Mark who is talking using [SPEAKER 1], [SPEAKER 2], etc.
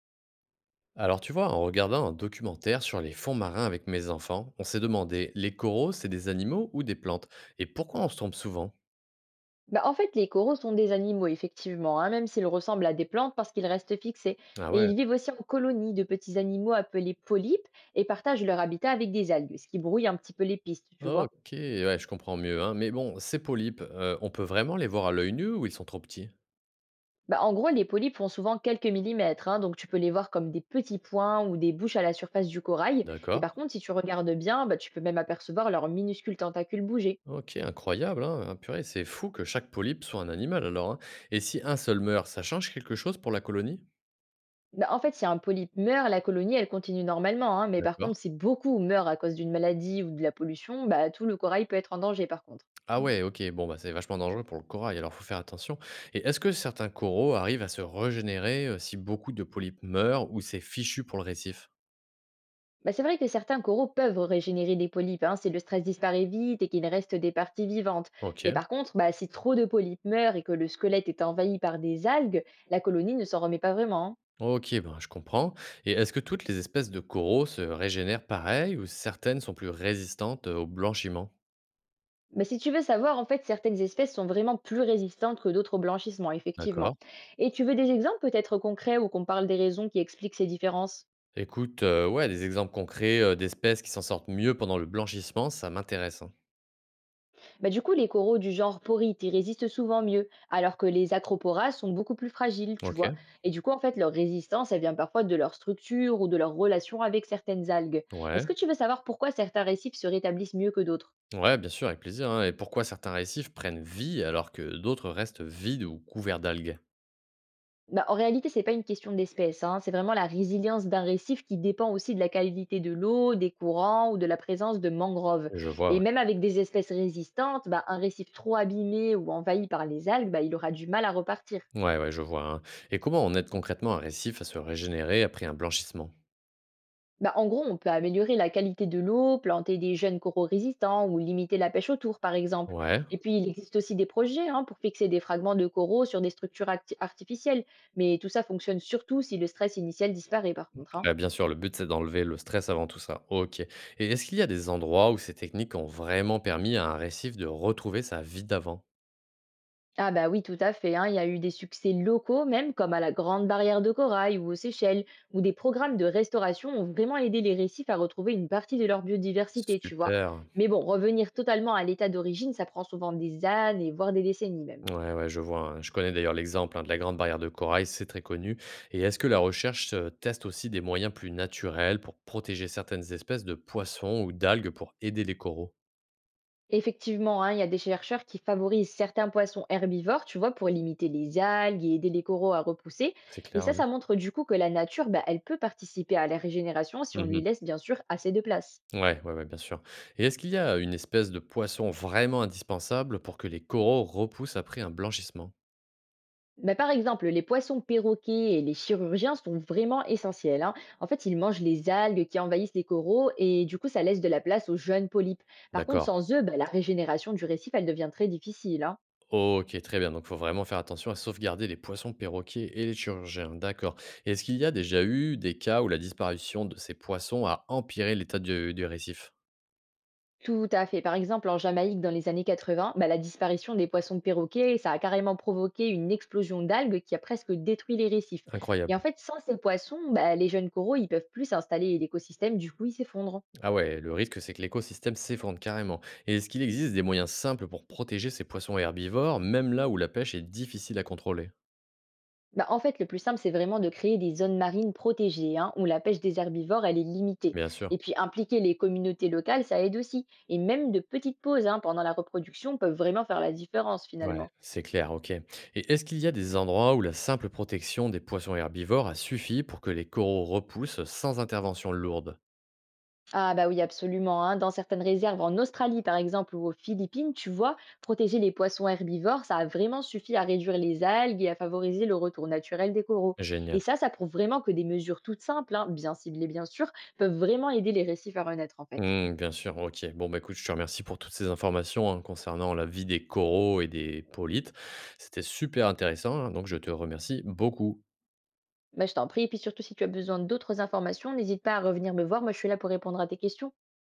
[SPEAKER 1] Alors tu vois, en regardant un documentaire sur les fonds marins avec mes enfants, on s'est demandé, les coraux, c'est des animaux ou des plantes? Et pourquoi on se trompe souvent?
[SPEAKER 2] Bah, en fait, les coraux sont des animaux, effectivement, hein, même s'ils ressemblent à des plantes parce qu'ils restent fixés.
[SPEAKER 1] Ah
[SPEAKER 2] Et
[SPEAKER 1] ouais,
[SPEAKER 2] ils vivent aussi en colonies de petits animaux appelés polypes et partagent leur habitat avec des algues, ce qui brouille un petit peu les pistes, tu
[SPEAKER 1] ok,
[SPEAKER 2] vois.
[SPEAKER 1] ouais, je comprends mieux, hein. Mais bon, ces polypes, on peut vraiment les voir à l'œil nu ou ils sont trop petits?
[SPEAKER 2] Bah, en gros, les polypes font souvent quelques millimètres, hein, donc tu peux les voir comme des petits points ou des bouches à la surface du corail. Et par
[SPEAKER 1] D'accord.
[SPEAKER 2] contre, si tu regardes bien, bah, tu peux même apercevoir leurs minuscules tentacules bouger.
[SPEAKER 1] Ok, incroyable, hein. Ah, purée, c'est fou que chaque polype soit un animal alors, hein. Et si un seul meurt, ça change quelque chose pour la colonie?
[SPEAKER 2] Bah, en fait, si un polype meurt, la colonie, elle continue normalement, hein, mais par
[SPEAKER 1] D'accord.
[SPEAKER 2] contre, si beaucoup meurent à cause d'une maladie ou de la pollution, bah, tout le corail peut être en danger par contre.
[SPEAKER 1] Ah ouais, OK, bon, bah, c'est vachement dangereux pour le corail, alors faut faire attention. Et est-ce que certains coraux arrivent à se régénérer, si beaucoup de polypes meurent ou c'est fichu pour le récif?
[SPEAKER 2] Bah, c'est vrai que certains coraux peuvent régénérer des polypes hein, si le stress disparaît vite et qu'il reste des parties vivantes. Mais
[SPEAKER 1] OK,
[SPEAKER 2] par contre, bah, si trop de polypes meurent et que le squelette est envahi par des algues, la colonie ne s'en remet pas vraiment, hein.
[SPEAKER 1] OK, ben, je comprends. Et est-ce que toutes les espèces de coraux se régénèrent pareil ou certaines sont plus résistantes, au blanchiment?
[SPEAKER 2] Mais si tu veux savoir, en fait, certaines espèces sont vraiment plus résistantes que d'autres au blanchissement,
[SPEAKER 1] D'accord.
[SPEAKER 2] effectivement. Et tu veux des exemples peut-être concrets où qu'on parle des raisons qui expliquent ces différences.
[SPEAKER 1] Écoute, ouais, des exemples concrets, d'espèces qui s'en sortent mieux pendant le blanchissement, ça m'intéresse, hein.
[SPEAKER 2] Bah, du coup, les coraux du genre porite, ils résistent souvent mieux, alors que les acroporas sont beaucoup plus fragiles, tu
[SPEAKER 1] OK.
[SPEAKER 2] vois. Et du coup, en fait, leur résistance, elle vient parfois de leur structure ou de leur relation avec certaines algues. Est-ce
[SPEAKER 1] Ouais.
[SPEAKER 2] que tu veux savoir pourquoi certains récifs se rétablissent mieux que d'autres?
[SPEAKER 1] Ouais, bien sûr, avec plaisir, hein. Et pourquoi certains récifs prennent vie alors que d'autres restent vides ou couverts d'algues?
[SPEAKER 2] Bah, en réalité, c'est pas une question d'espèce, hein, c'est vraiment la résilience d'un récif qui dépend aussi de la qualité de l'eau, des courants ou de la présence de mangroves.
[SPEAKER 1] Je vois,
[SPEAKER 2] Et
[SPEAKER 1] ouais.
[SPEAKER 2] même avec des espèces résistantes, bah, un récif trop abîmé ou envahi par les algues, bah, il aura du mal à repartir.
[SPEAKER 1] Ouais, ouais, je vois, hein. Et comment on aide concrètement un récif à se régénérer après un blanchissement?
[SPEAKER 2] Bah, en gros, on peut améliorer la qualité de l'eau, planter des jeunes coraux résistants ou limiter la pêche autour, par exemple.
[SPEAKER 1] Ouais,
[SPEAKER 2] Et puis, il existe aussi des projets hein, pour fixer des fragments de coraux sur des structures artificielles. Mais tout ça fonctionne surtout si le stress initial disparaît, par contre, hein.
[SPEAKER 1] bah, bien sûr, le but c'est d'enlever le stress avant tout ça. Ok. Et est-ce qu'il y a des endroits où ces techniques ont vraiment permis à un récif de retrouver sa vie d'avant?
[SPEAKER 2] Ah bah oui, tout à fait, hein. Il y a eu des succès locaux, même comme à la Grande Barrière de Corail ou aux Seychelles, où des programmes de restauration ont vraiment aidé les récifs à retrouver une partie de leur biodiversité, tu vois.
[SPEAKER 1] Super.
[SPEAKER 2] Mais bon, revenir totalement à l'état d'origine, ça prend souvent des années, voire des décennies même.
[SPEAKER 1] Ouais, ouais, je vois, hein. Je connais d'ailleurs l'exemple, hein, de la Grande Barrière de Corail, c'est très connu. Et est-ce que la recherche teste aussi des moyens plus naturels pour protéger certaines espèces de poissons ou d'algues pour aider les coraux?
[SPEAKER 2] Effectivement, hein, il y a des chercheurs qui favorisent certains poissons herbivores, tu vois, pour limiter les algues et aider les coraux à repousser.
[SPEAKER 1] C'est
[SPEAKER 2] Et
[SPEAKER 1] clair,
[SPEAKER 2] ça,
[SPEAKER 1] ouais.
[SPEAKER 2] ça montre du coup que la nature, bah, elle peut participer à la régénération si on lui laisse bien sûr assez de place.
[SPEAKER 1] Ouais, ouais, ouais, bien sûr. Et est-ce qu'il y a une espèce de poisson vraiment indispensable pour que les coraux repoussent après un blanchissement?
[SPEAKER 2] Mais par exemple, les poissons perroquets et les chirurgiens sont vraiment essentiels, hein. En fait, ils mangent les algues qui envahissent les coraux et du coup, ça laisse de la place aux jeunes polypes. Par contre,
[SPEAKER 1] D'accord.
[SPEAKER 2] sans eux, bah, la régénération du récif, elle devient très difficile, hein.
[SPEAKER 1] Ok, très bien. Donc, il faut vraiment faire attention à sauvegarder les poissons perroquets et les chirurgiens. D'accord. Et est-ce qu'il y a déjà eu des cas où la disparition de ces poissons a empiré l'état du récif?
[SPEAKER 2] Tout à fait. Par exemple, en Jamaïque, dans les années 80, bah, la disparition des poissons perroquets, ça a carrément provoqué une explosion d'algues qui a presque détruit les récifs. Et en
[SPEAKER 1] Incroyable.
[SPEAKER 2] fait, sans ces poissons, bah, les jeunes coraux, ils peuvent plus s'installer et l'écosystème, du coup, il s'effondre.
[SPEAKER 1] Ah ouais, le risque, c'est que l'écosystème s'effondre carrément. Et est-ce qu'il existe des moyens simples pour protéger ces poissons herbivores, même là où la pêche est difficile à contrôler?
[SPEAKER 2] Bah, en fait, le plus simple, c'est vraiment de créer des zones marines protégées, hein, où la pêche des herbivores, elle est limitée.
[SPEAKER 1] Bien sûr.
[SPEAKER 2] Et puis, impliquer les communautés locales, ça aide aussi. Et même de petites pauses hein, pendant la reproduction peuvent vraiment faire la différence,
[SPEAKER 1] Ouais,
[SPEAKER 2] finalement.
[SPEAKER 1] c'est clair, ok. Et est-ce qu'il y a des endroits où la simple protection des poissons herbivores a suffi pour que les coraux repoussent sans intervention lourde?
[SPEAKER 2] Ah bah oui, absolument, hein. Dans certaines réserves en Australie, par exemple, ou aux Philippines, tu vois, protéger les poissons herbivores, ça a vraiment suffi à réduire les algues et à favoriser le retour naturel des coraux. Et
[SPEAKER 1] Génial.
[SPEAKER 2] ça prouve vraiment que des mesures toutes simples, hein, bien ciblées bien sûr, peuvent vraiment aider les récifs à renaître en fait.
[SPEAKER 1] Hmm, bien sûr, ok. Bon, bah écoute, je te remercie pour toutes ces informations, hein, concernant la vie des coraux et des polytes. C'était super intéressant, hein, donc je te remercie beaucoup.
[SPEAKER 2] Bah, je t'en prie, et puis surtout si tu as besoin d'autres informations, n'hésite pas à revenir me voir, moi je suis là pour répondre à tes questions.